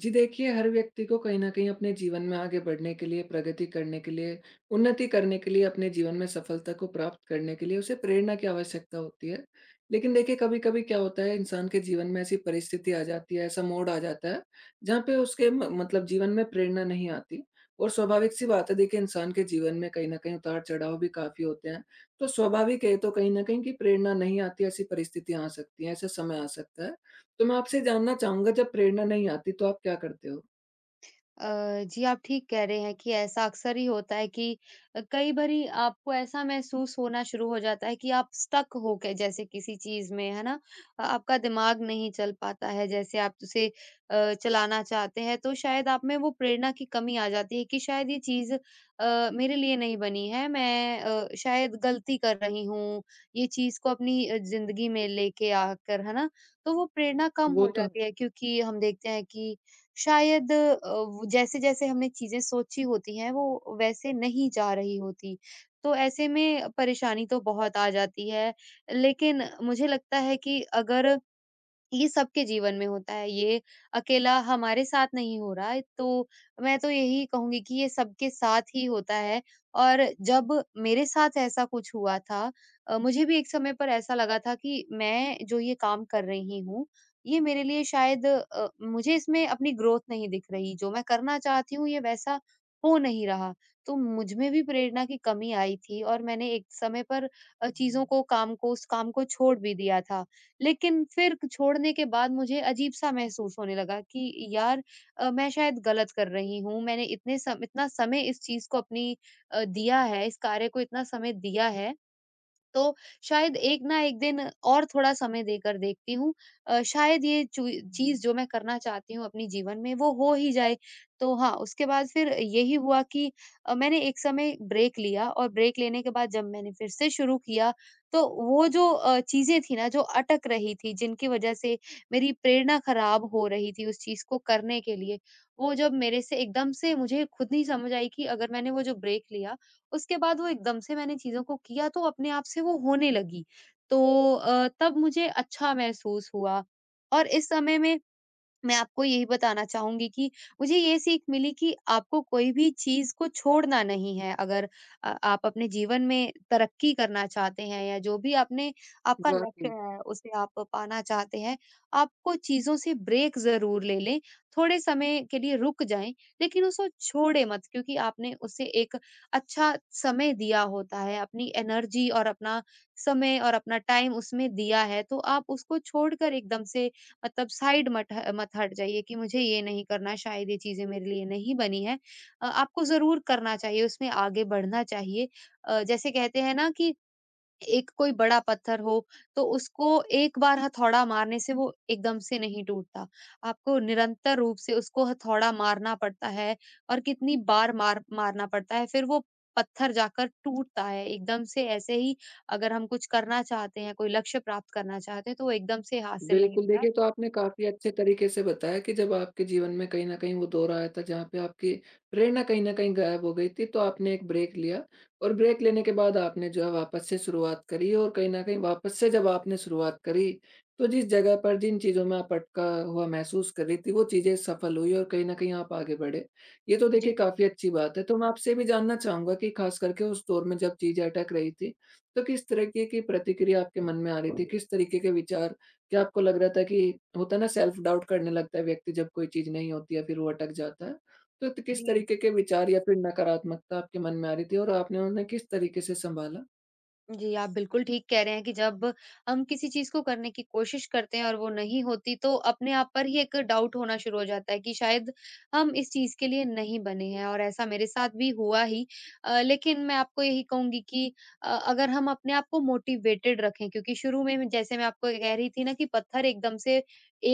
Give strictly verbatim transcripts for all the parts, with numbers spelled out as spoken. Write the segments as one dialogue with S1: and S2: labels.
S1: जी देखिए, हर व्यक्ति को कहीं न कहीं अपने जीवन में आगे बढ़ने के लिए, प्रगति करने के लिए, उन्नति करने के लिए, अपने जीवन में सफलता को प्राप्त करने के लिए उसे प्रेरणा की आवश्यकता होती है। लेकिन देखिए, कभी-कभी क्या होता है, इंसान के जीवन में ऐसी परिस्थिति आ जाती है, ऐसा मोड़ आ जाता है, जहाँ पे उसके म मतलब जीवन में प्रेरणा नहीं आती। और स्वाभाविक-सी बात है, देखिए इंसान के जीवन में कहीं न कहीं उतार-चढ़ाव भी काफ़ी होते हैं। तो स्वाभाविक है, तो कहीं न कहीं कि प्रेरणा नहीं आती, ऐसी परिस्थितियाँ आ सकती हैं, ऐसा समय आ सकता है। तो मैं आपसे जानना चाहूँगा, जब प्रेरणा नहीं आती तो आप क्या करते हो?
S2: अ, जी, आप ठीक कह रहे हैं कि ऐसा अक्सर ही होता है कि अ, कई बारी आपको ऐसा महसूस होना शुरू हो जाता है कि आप स्टक हो गए जैसे किसी चीज़ में, है ना? अ, आपका दिमाग नहीं चल पाता है जैसे आप उसे अ, चलाना चाहते हैं, तो शायद आप में वो प्रेरणा की कमी आ जाती है कि शायद ये चीज़ अ, मेरे लिए नहीं बनी है, मैं अ, शायद गलती कर रही हूँ, ये चीज़ को अपनी अ, ज़िंदगी में लेके आकर, है ना? तो वो प्रेरणा कम
S1: वो
S2: हो
S1: तो है,
S2: जाती है क्योंकि हम देखते हैं कि शायद अ, वो जैसे-जैसे हमने चीज़ें सोची होती हैं, वो वैसे नहीं जा रही होती। तो ऐसे में परेशानी तो बहुत आ जाती है। लेकिन मुझे लगता है कि अगर ये सबके जीवन में होता है, ये अकेला हमारे साथ नहीं हो रहा है, तो मैं तो यही कहूँगी कि ये सबके साथ ही होता है और जब मेरे साथ ऐसा कुछ हुआ था। अ, मुझे भी एक समय पर ऐसा लगा था कि मैं जो ये काम कर रही हूँ, ये मेरे लिए शायद अ, मुझे इसमें अपनी ग्रोथ नहीं दिख रही, जो मैं करना चाहती हूँ ये वैसा हो नहीं रहा। तो मुझ में भी प्रेरणा की कमी आई थी और मैंने एक समय पर अ, चीज़ों को काम को उस काम को छोड़ भी दिया था। लेकिन फिर छोड़ने के बाद मुझे अजीब-सा महसूस होने लगा कि यार, अ, मैं शायद गलत कर रही हूँ। मैंने इतने सम इतना समय इस चीज़ को अपनी अ, दिया है, इस कार्य को इतना समय दिया है तो शायद एक ना एक दिन और थोड़ा समय देकर देखती हूँ। अ, शायद ये चू चीज़ जो मैं करना चाहती हूँ अपने जीवन में वो हो ही जाए। तो हाँ, उसके बाद फिर यही हुआ कि अ, मैंने एक समय ब्रेक लिया और ब्रेक लेने के बाद जब मैंने फिर से शुरू किया, तो वो जो अ, चीज़ें थी ना जो अटक रही थी, जिनकी वज़ह से मेरी प्रेरणा ख़राब हो रही थी उस चीज़ को करने के लिए, वो जब मेरे से एकदम से मुझे खुद नहीं समझ आई कि अगर मैंने वो जो ब्रेक लिया, उसके बाद वो एकदम से मैंने चीज़ों को किया तो अपने आप से वो होने लगी। तो अ, तब मुझे अच्छा महसूस हुआ और इस समय में मैं आपको यही बताना चाहूँगी कि मुझे ये सीख मिली कि आपको कोई भी चीज़ को छोड़ना नहीं है। अगर अ, आप अपने जीवन में तरक्की करना चाहते हैं या जो भी आपने आपका लक्ष्य
S1: वाक़ई।
S2: है, उसे आप पाना चाहते हैं, आपको चीज़ों से ब्रेक ज़रूर ले लें, थोड़े समय के लिए रुक जाएँ, लेकिन उसको छोड़े मत क्योंकि आपने उसे एक अच्छा समय दिया होता है, अपनी एनर्जी और अपना समय और अपना टाइम उसमें दिया है, तो आप उसको छोड़कर एकदम से मतलब साइड मत ह मत हट जाइए कि मुझे ये नहीं करना, शायद ये चीज़ें मेरे लिए नहीं बनी है। अ, आपको ज़रूर करना चाहिए, उसमें आगे बढ़ना चाहिए। अ, जैसे कहते हैं ना कि एक कोई बड़ा पत्थर हो, तो उसको एक बार हथौड़ा मारने से वो एकदम से नहीं टूटता। आपको निरंतर रूप से उसको हथौड़ा मारना पड़ता है और कितनी बार मार मारना पड़ता है, फिर वो पत्थर जाकर टूटता है। एकदम से ऐसे ही अगर हम कुछ करना चाहते हैं, कोई लक्ष्य प्राप्त करना चाहते हैं, तो वो एकदम से हासिल नहीं
S1: बिल्कुल,
S2: होता।
S1: देखिए तो आपने काफ़ी अच्छे तरीके से बताया कि जब आपके जीवन में कहीं न कहीं वो दौर आया था, जहाँ पे आपकी प्रेरणा कहीं न कहीं गायब हो गई थी, तो आपने एक ब्रेक लिया, और ब्रेक लेने के बाद आपने जो है वापस से शुरुआत करी, और कहीं न कहीं वापस से जब आपने शुरुआत करी, तो जिस जगह पर, जिन चीज़ों में आप अटका हुआ महसूस कर रही थी, वो चीज़ें सफल हुई और कहीं न कहीं आप आगे बढ़े। ये तो देखिए
S2: जी।
S1: काफ़ी अच्छी बात है। तो मैं आपसे ये भी जानना चाहूँगा कि ख़ास करके उस दौर में, जब चीज़ें अटक रही थी, तो किस तरीके की प्रतिक्रिया आपके मन में आ रही थी? किस तरीके के विचार? क्या आपको लग रहा था कि होता है ना, सेल्फ डाउट करने लगता है व्यक्ति, जब कोई चीज़ नहीं होती है, फिर वो अटक जाता है। तो त किस
S2: जी।
S1: तरीके के विचार या फिर नकारात्मकता आपके मन में आ रही थी, और आपने उन्हें किस तरीके से सँभाला?
S2: जी, आप बिल्कुल ठीक कह रहे हैं कि जब हम किसी चीज़ को करने की कोशिश करते हैं और वो नहीं होती तो अपने आप पर ही एक डाउट होना शुरू हो जाता है कि शायद हम इस चीज़ के लिए नहीं बने हैं और ऐसा मेरे साथ भी हुआ ही। अ, लेकिन मैं आपको यही कहूँगी कि अ, अगर हम अपने आप को मोटिवेटेड रखें क्योंकि शुरू में मैं जैसे मैं आपको कह रही थी ना कि पत्थर एकदम से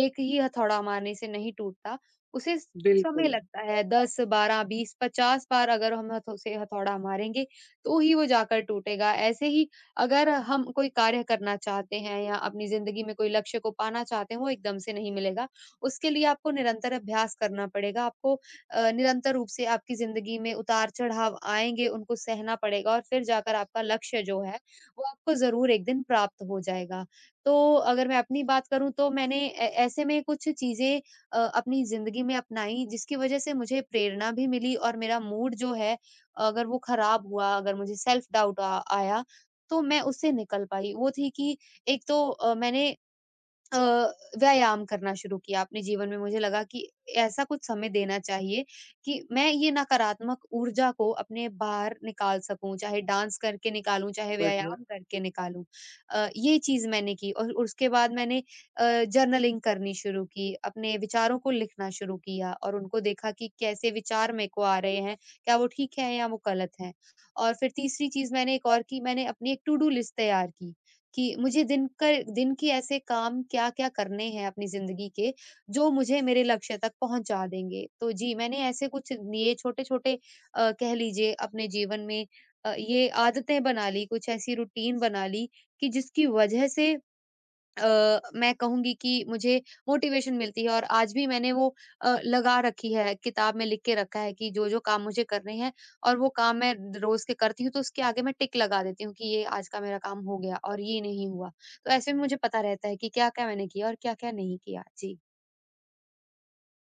S2: एक ही हथौड़ा मारने से नहीं टूटता, उसे समय
S1: बिल्कुल।
S2: लगता है दस, बारह, बीस, पचास बार अगर हम हथो से हथौड़ा मारेंगे, तो ही वो जाकर टूटेगा। ऐसे ही अगर हम कोई कार्य करना चाहते हैं या अपनी ज़िंदगी में कोई लक्ष्य को पाना चाहते हैं, वो एकदम से नहीं मिलेगा। उसके लिए आपको निरंतर अभ्यास करना पड़ेगा, आपको अ, निरंतर रूप से आपकी ज़िंदगी में उतार-चढ़ाव आएँगे, उनको सहना पड़ेगा और फिर जाकर आपका लक्ष्य जो है, वो आपको ज़रूर एक दिन प्राप्त हो जाएगा। तो अगर मैं अपनी बात करूँ तो मैंने ऐ ऐसे में कुछ चीज़ें अ, अपनी ज़िंदगी में अपनाई जिसकी वज़ह से मुझे प्रेरणा भी मिली और मेरा मूड जो है, अगर वो खराब हुआ, अगर मुझे सेल्फ डाउट आ आया तो मैं उससे निकल पाई। वो थी कि एक तो अ, मैंने अ, व्यायाम करना शुरू किया अपने जीवन में मुझे लगा कि ऐसा कुछ समय देना चाहिए कि मैं ये नकारात्मक ऊर्जा को अपने बाहर निकाल सकूं, चाहे डांस करके निकालूं, चाहे
S1: बढ़िया।
S2: व्यायाम करके निकालूं। अ, ये चीज मैंने की और उसके बाद मैंने जर्नलिंग करनी शुरू की, अपने विचारों को लिखना शुरू किया और उनको देखा कि कैसे विचार मेरे को आ रहे हैं, क्या वो ठीक है या वो गलत है। और फिर तीसरी चीज मैंने एक और की, मैंने अपनी एक टू डू लिस्ट तैयार की कि मुझे दिन का दिन की ऐसे काम क्या-क्या करने हैं अपनी ज़िंदगी के, जो मुझे मेरे लक्ष्य तक पहुँचा देंगे। तो जी, मैंने ऐसे कुछ लिए छोटे-छोटे अ, कह लीजिए अपने जीवन में अ, ये आदतें बना ली, कुछ ऐसी रूटीन बना ली कि जिसकी वजह से अ, मैं कहूँगी कि मुझे मोटिवेशन मिलती है और आज भी मैंने वो अ, लगा रखी है, किताब में लिख के रखा है कि जो-जो काम मुझे करने हैं और वो काम मैं द रोज़ के करती हूँ, तो उसके आगे मैं टिक लगा देती हूँ कि ये आज का मेरा काम हो गया और ये नहीं हुआ। तो ऐसे में मुझे पता रहता है कि क्या-क्या मैंने किया और क्या-क्या नहीं किया। जी।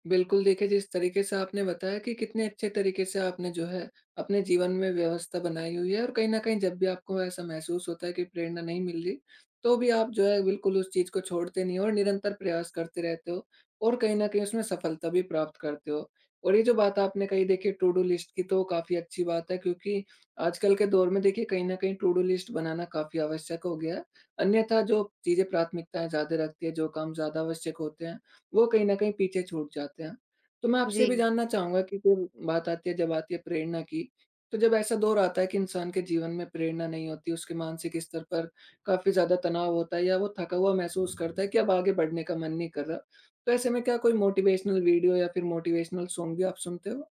S1: बिल्कुल, देखिए जिस तरीके से आपने बताया कि कितने अच्छे तरीके से आपने जो है अपने जीवन में व्यवस्था बनाई हुई है, और कहीं न कहीं जब भी आपको ऐसा महसूस होता है कि प्रेरणा नहीं मिल रही, तो भी आप जो है बिल्कुल उस चीज़ को छोड़ते नहीं हो और निरंतर प्रयास करते रहते हो, और कहीं न कहीं उसमें सफलता भी प्राप्त करते हो। और ये जो बात आपने कही देखिए, टू डू लिस्ट की, तो काफ़ी अच्छी बात है, क्योंकि आजकल के दौर में देखिए कहीं न कहीं टू डू लिस्ट बनाना काफ़ी आवश्यक हो गया है। अन्यथा जो चीज़ें प्राथमिकताएँ ज़्यादा रखती है, जो काम ज़्यादा आवश्यक होते हैं, वो कहीं न कहीं पीछे छूट जाते हैं। तो मैं
S2: जी।
S1: आपसे भी जानना चाहूँगा कि फिर बात आती है, जब आती है प्रेरणा की, तो जब ऐसा दौर आता है कि इंसान के जीवन में प्रेरणा नहीं होती, उसके मानसिक स्तर पर काफ़ी ज़्यादा तनाव होता है, या वो थका हुआ महसूस करता है कि अब आगे बढ़ने का मन नहीं कर रहा। तो ऐसे में क्या कोई मोटिवेशनल वीडियो या फिर मोटिवेशनल सॉन्ग भी आप सुनते हो?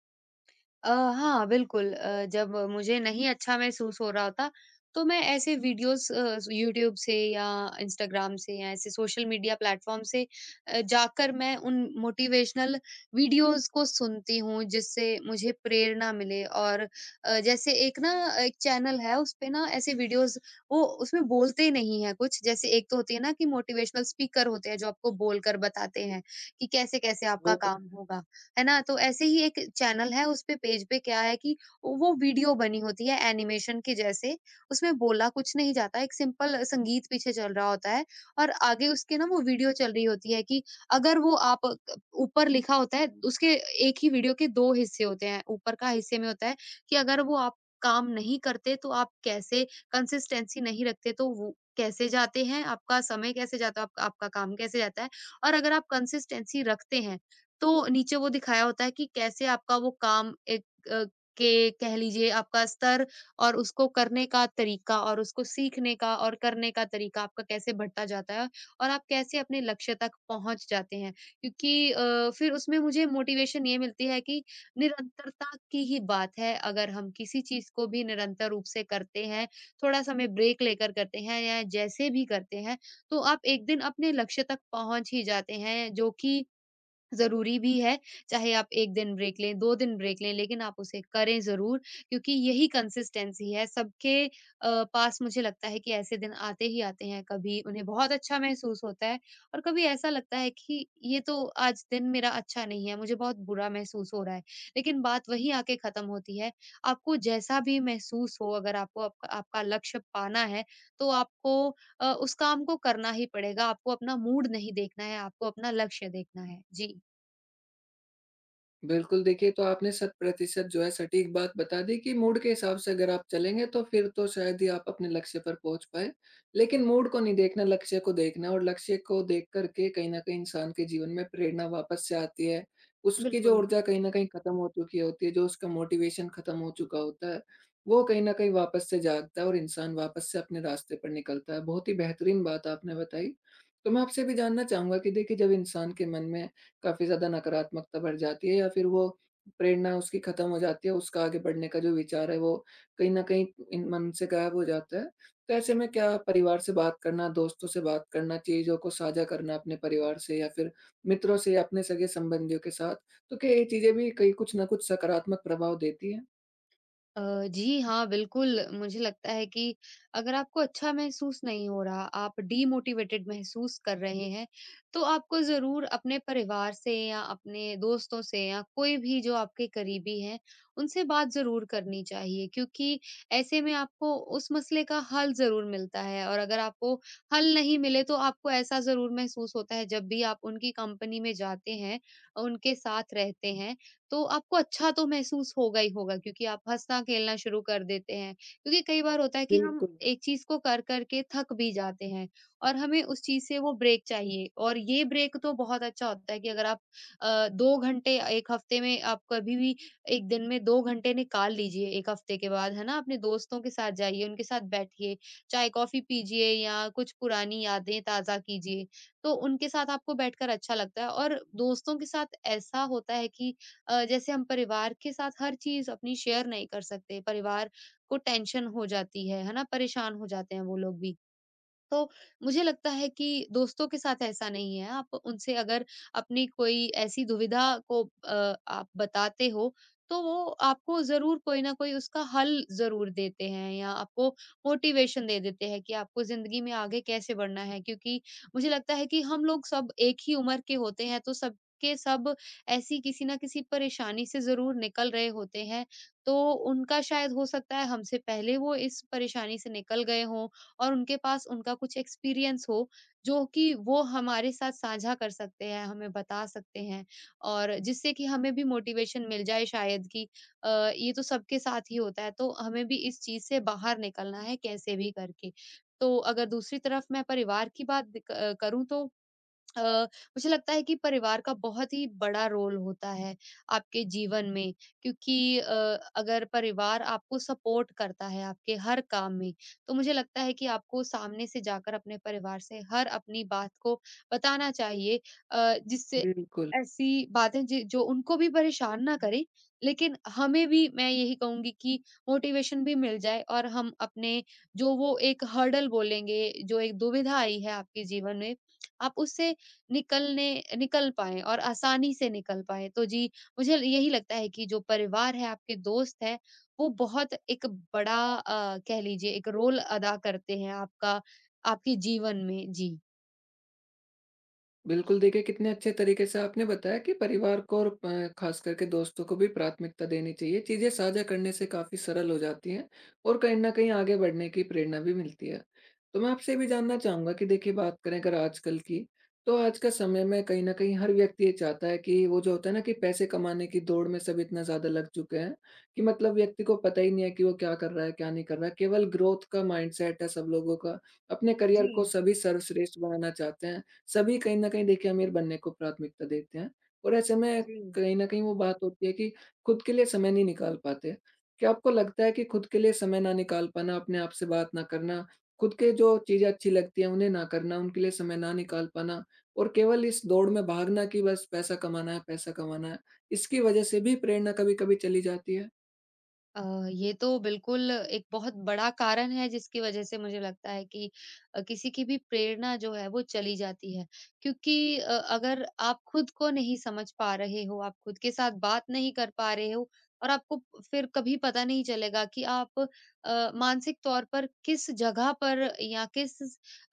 S2: अ, हाँ, बिल्कुल। अ, जब मुझे नहीं अच्छा महसूस हो रहा होता, तो मैं ऐसे वीडियोज़ अ, यूट्यूब से या इंस्टाग्राम से या ऐसे सोशल मीडिया प्लेटफ़ॉर्म से अ, जाकर मैं उन मोटिवेशनल वीडियोज़ को सुनती हूँ, जिससे मुझे प्रेरणा मिले। और अ, जैसे एक ना एक चैनल है, उस पे ना ऐसे वीडियोज़, वो उसमें बोलते नहीं हैं कुछ, जैसे एक तो होती है ना कि मोटिवेशनल स्पीकर होते हैं, जो आपको बोलकर बताते हैं कि कैसे-कैसे आपका
S1: वो तो
S2: काम होगा। है ना? तो ऐसे ही एक चैनल है उसपे पेज पे, क्या है कि वो वीडियो बनी होती है एनिमेशन के जैसे, उसमें बोला कुछ नहीं जाता, एक सिंपल संगीत पीछे चल रहा होता है और आगे उसके ना वो वीडियो चल रही होती है कि अगर वो आप क ऊपर लिखा होता है उसके, एक ही वीडियो के दो हिस्से होते हैं, ऊपर का हिस्से में होता है कि अगर वो आप काम नहीं करते तो आप कैसे कंसिस्टेंसी नहीं रखते तो वो कैसे जाते हैं, आपका समय कैसे जाता है, आप आपका काम कैसे जाता है। और अगर आप कंसिस्टेंसी रखते हैं तो नीचे वो दिखाया होता है कि कैसे आपका वो काम, एक अ, के कह लीजिए आपका स्तर और उसको करने का तरीका और उसको सीखने का और करने का तरीका आपका कैसे बढ़ता जाता है और आप कैसे अपने लक्ष्य तक पहुंच जाते हैं, क्योंकि अ, फिर उसमें मुझे मोटिवेशन ये मिलती है कि निरंतरता की ही बात है, अगर हम किसी चीज को भी निरंतर रूप से करते हैं, थोड़ा समय ब्रेक लेकर करते हैं या जैसे भी करते हैं, तो आप एक दिन अपने लक्ष्य तक पहुंच ही जाते हैं जो कि ज़रूरी भी है, चाहे आप एक दिन ब्रेक लें, दो दिन ब्रेक लें, लेकिन आप उसे करें ज़रूर क्योंकि यही कंसिस्टेंसी है। सबके अ, पास मुझे लगता है कि ऐसे दिन आते ही आते हैं, कभी उन्हें बहुत अच्छा महसूस होता है और कभी ऐसा लगता है कि ये तो आज दिन मेरा अच्छा नहीं है, मुझे बहुत बुरा महसूस हो रहा है। लेकिन बात वहीं आके ख़त्म होती है, आपको जैसा भी महसूस हो, अगर आपको आपका आपका लक्ष्य पाना है, तो आपको अ, उस काम को करना ही पड़ेगा, आपको अपना मूड नहीं देखना है, आपको अपना लक्ष्य देखना है। जी।
S1: बिल्कुल, देखिए तो आपने शत प्रतिशत जो है सटीक बात बता दी कि मूड के हिसाब से अगर आप चलेंगे, तो फिर तो शायद ही आप अपने लक्ष्य पर पहुँच पाएँ। लेकिन मूड को नहीं देखना, लक्ष्य को देखना है, और लक्ष्य को देख कर के कहीं न कहीं इंसान के जीवन में प्रेरणा वापस से आती है। उसकी जो
S2: बिल्कुल।
S1: ऊर्जा कहीं न कहीं खत्म हो चुकी होती है, जो उसका मोटिवेशन खत्म हो चुका होता है, वो कहीं न कहीं वापस से जागता है, और इंसान वापस से अपने रास्ते पर निकलता है। बहुत ही बेहतरीन बात आपने बताई। तो मैं आपसे भी जानना चाहूँगा कि देखिए, जब इंसान के मन में काफ़ी ज़्यादा नकारात्मकता बढ़ जाती है, या फिर वो प्रेरणा उसकी ख़त्म हो जाती है, उसका आगे बढ़ने का जो विचार है, वो कहीं न कहीं इन मन से गायब हो जाता है। तो ऐसे में क्या परिवार से बात करना, दोस्तों से बात करना, चीज़ों को साझा करना अपने परिवार से या फिर मित्रों से या अपने सगे-संबंधियों के साथ, तो क्या ये चीज़ें भी कहीं कुछ न कुछ सकारात्मक प्रभाव देती हैं?
S2: अ, जी हाँ, बिल्कुल मुझे लगता है कि अगर आपको अच्छा महसूस नहीं हो रहा, आप डीमोटिवेटेड महसूस कर रहे हैं, तो आपको ज़रूर अपने परिवार से या अपने दोस्तों से या कोई भी जो आपके करीबी हैं, उनसे बात ज़रूर करनी चाहिए क्योंकि ऐसे में आपको उस मसले का हल ज़रूर मिलता है और अगर आपको हल नहीं मिले तो आपको ऐसा ज़रूर महसूस होता है, जब भी आप उनकी कंपनी में जाते हैं, उनके साथ रहते हैं, तो आपको अच्छा तो महसूस होगा ही होगा क्योंकि आप हँसना-खेलना शुरू कर देते हैं। क्योंकि कई बार होता है कि हम
S1: बिल्कुल,
S2: एक चीज़ को कर-कर के थक भी जाते हैं और हमें उस चीज़ से वो ब्रेक चाहिए। और ये ब्रेक तो बहुत अच्छा होता है कि अगर आप अ, दो घंटे एक हफ्ते में आप कभी भी एक दिन में दो घंटे निकाल लीजिए एक हफ्ते के बाद, है ना? अपने दोस्तों के साथ जाइए, उनके साथ बैठिए, चाय-कॉफ़ी पीजिए या कुछ पुरानी यादें ताज़ा कीजिए। तो उनके साथ आपको बैठकर अच्छा लगता है। और दोस्तों के साथ ऐसा होता है कि अ, जैसे हम परिवार के साथ हर चीज़ अपनी शेयर नहीं कर सकते, परिवार को टेंशन हो जाती है, है ना? परेशान हो जाते हैं वो लोग भी। तो मुझे लगता है कि दोस्तों के साथ ऐसा नहीं है। आप उनसे अगर अपनी कोई ऐसी दुविधा को अ, आप बताते हो, तो वो आपको ज़रूर कोई न कोई उसका हल ज़रूर देते हैं या आपको मोटिवेशन दे देते हैं कि आपको ज़िंदगी में आगे कैसे बढ़ना है। क्योंकि मुझे लगता है कि हम लोग सब एक ही उम्र के होते हैं, तो सबके सब ऐसी किसी न किसी परेशानी से ज़रूर निकल रहे होते हैं। तो उनका शायद हो सकता है हमसे पहले वो इस परेशानी से निकल गए हों और उनके पास उनका कुछ एक्सपीरियंस हो, जो कि वो हमारे साथ साझा कर सकते हैं, हमें बता सकते हैं। और जिससे कि हमें भी मोटिवेशन मिल जाए शायद कि अ, ये तो सबके साथ ही होता है, तो हमें भी इस चीज़ से बाहर निकलना है कैसे भी करके। तो अगर दूसरी तरफ मैं परिवार की बात क करूँ तो अ, मुझे लगता है कि परिवार का बहुत ही बड़ा रोल होता है आपके जीवन में। क्योंकि अ, अगर परिवार आपको सपोर्ट करता है आपके हर काम में, तो मुझे लगता है कि आपको सामने से जाकर अपने परिवार से हर अपनी बात को बताना चाहिए, अ, जिससे
S1: बिल्कुल।
S2: ऐसी बातें जि- जो उनको भी परेशान ना करें। लेकिन हमें भी, मैं यही कहूंगी कि मोटिवेशन भी मिल जाए और हम अपने जो वो एक हर्डल बोलेंगे, जो एक दुविधा आई है आपके जीवन में, आप उससे निकलने निकल पाएँ और आसानी से निकल पाएँ। तो जी, मुझे यही लगता है कि जो परिवार है, आपके दोस्त हैं, वो बहुत एक बड़ा, अ, कह लीजिए, एक रोल अदा करते हैं आपका आपके जीवन में। जी।
S1: बिल्कुल, देखिए कितने अच्छे तरीके से आपने बताया कि परिवार को और अ, ख़ास करके दोस्तों को भी प्राथमिकता देनी चाहिए। चीज़ें साझा करने से काफ़ी सरल हो जाती हैं, और कहीं न कहीं आगे बढ़ने की प्रेरणा भी मिलती है। तो मैं आपसे ये भी जानना चाहूँगा कि देखिए, बात करें अगर आजकल की, तो आज का समय में कहीं न कहीं हर व्यक्ति ये चाहता है कि वो, जो होता है ना, कि पैसे कमाने की दौड़ में सब इतना ज़्यादा लग चुके हैं कि मतलब व्यक्ति को पता ही नहीं है कि वो क्या कर रहा है, क्या नहीं कर रहा है। केवल ग्रोथ का माइंडसेट है सब लोगों का। अपने करियर को
S2: जी,
S1: सभी सर्वश्रेष्ठ बनाना चाहते हैं। सभी कहीं न कहीं देखिए अमीर बनने को प्राथमिकता देते हैं, और ऐसे में
S2: जी।
S1: कहीं न कहीं वो बात होती है कि खुद के लिए समय नहीं निकाल पाते। क्या आपको लगता है कि खुद के लिए समय ना निकाल पाना, अपने आप से बात ना करना, खुद के जो चीज़ें अच्छी लगती हैं उन्हें ना करना, उनके लिए समय ना निकाल पाना, और केवल इस दौड़ में भागना कि बस पैसा कमाना है, पैसा कमाना है, इसकी वज़ह से भी प्रेरणा कभी-कभी चली जाती है?
S2: अ, ये तो बिल्कुल एक बहुत बड़ा कारण है जिसकी वजह से मुझे लगता है कि अ, किसी की भी प्रेरणा जो है वो चली जाती है। क्योंकि अ, अगर आप खुद को नहीं समझ पा रहे हो, आप खुद के साथ बात नहीं कर पा रहे हो और आपको फिर कभी पता नहीं चलेगा कि आप अ, मानसिक तौर पर किस जगह पर या किस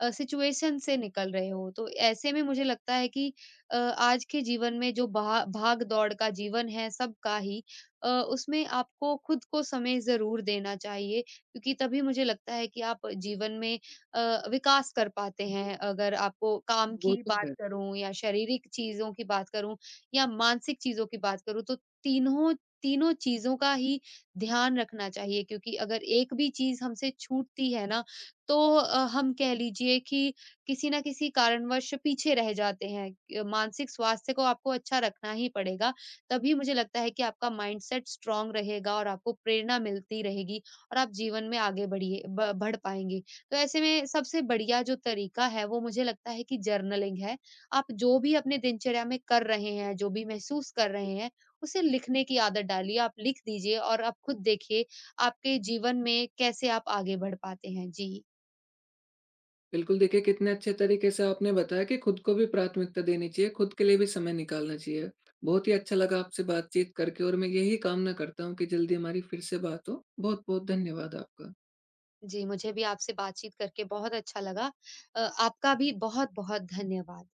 S2: अ, सिचुएशन से निकल रहे हो। तो ऐसे में मुझे लगता है कि अ, आज के जीवन में जो भा भाग-दौड़ का जीवन है सबका ही, अ, उसमें आपको खुद को समय ज़रूर देना चाहिए। क्योंकि तभी मुझे लगता है कि आप जीवन में अ, विकास कर पाते हैं। अगर आपको काम
S1: वो
S2: की
S1: तो
S2: बात
S1: है।
S2: करूँ या शारीरिक चीज़ों की बात करूँ या मानसिक चीज़ों की बात करूँ, तो तीनों तीनों चीज़ों का ही ध्यान रखना चाहिए। क्योंकि अगर एक भी चीज़ हमसे छूटती है ना, तो अ, हम कह लीजिए कि किसी न किसी कारणवश पीछे रह जाते हैं। अ, मानसिक स्वास्थ्य को आपको अच्छा रखना ही पड़ेगा, तभी मुझे लगता है कि आपका माइंडसेट स्ट्रांग रहेगा और आपको प्रेरणा मिलती रहेगी और आप जीवन में आगे बढ़िए ब- बढ़ पाएंगे। तो ऐसे में सबसे बढ़िया जो तरीका है, वो मुझे लगता है कि जर्नलिंग है। आप जो भी अपने दिनचर्या में कर रहे हैं, जो भी महसूस कर रहे हैं, उसे लिखने की आदत डालिए। आप लिख दीजिए और आप खुद देखिए आपके जीवन में कैसे आप आगे बढ़ पाते हैं। जी।
S1: बिल्कुल, देखिए कितने अच्छे तरीके से आपने बताया कि खुद को भी प्राथमिकता देनी चाहिए, खुद के लिए भी समय निकालना चाहिए। बहुत ही अच्छा लगा आपसे बातचीत करके, और मैं यही कामना करता हूँ कि जल्दी हमारी फिर से बात हो। बहुत-बहुत धन्यवाद आपका।
S2: जी, मुझे भी आपसे बातचीत करके बहुत अच्छा लगा। अ, आपका भी बहुत बहुत धन्यवाद।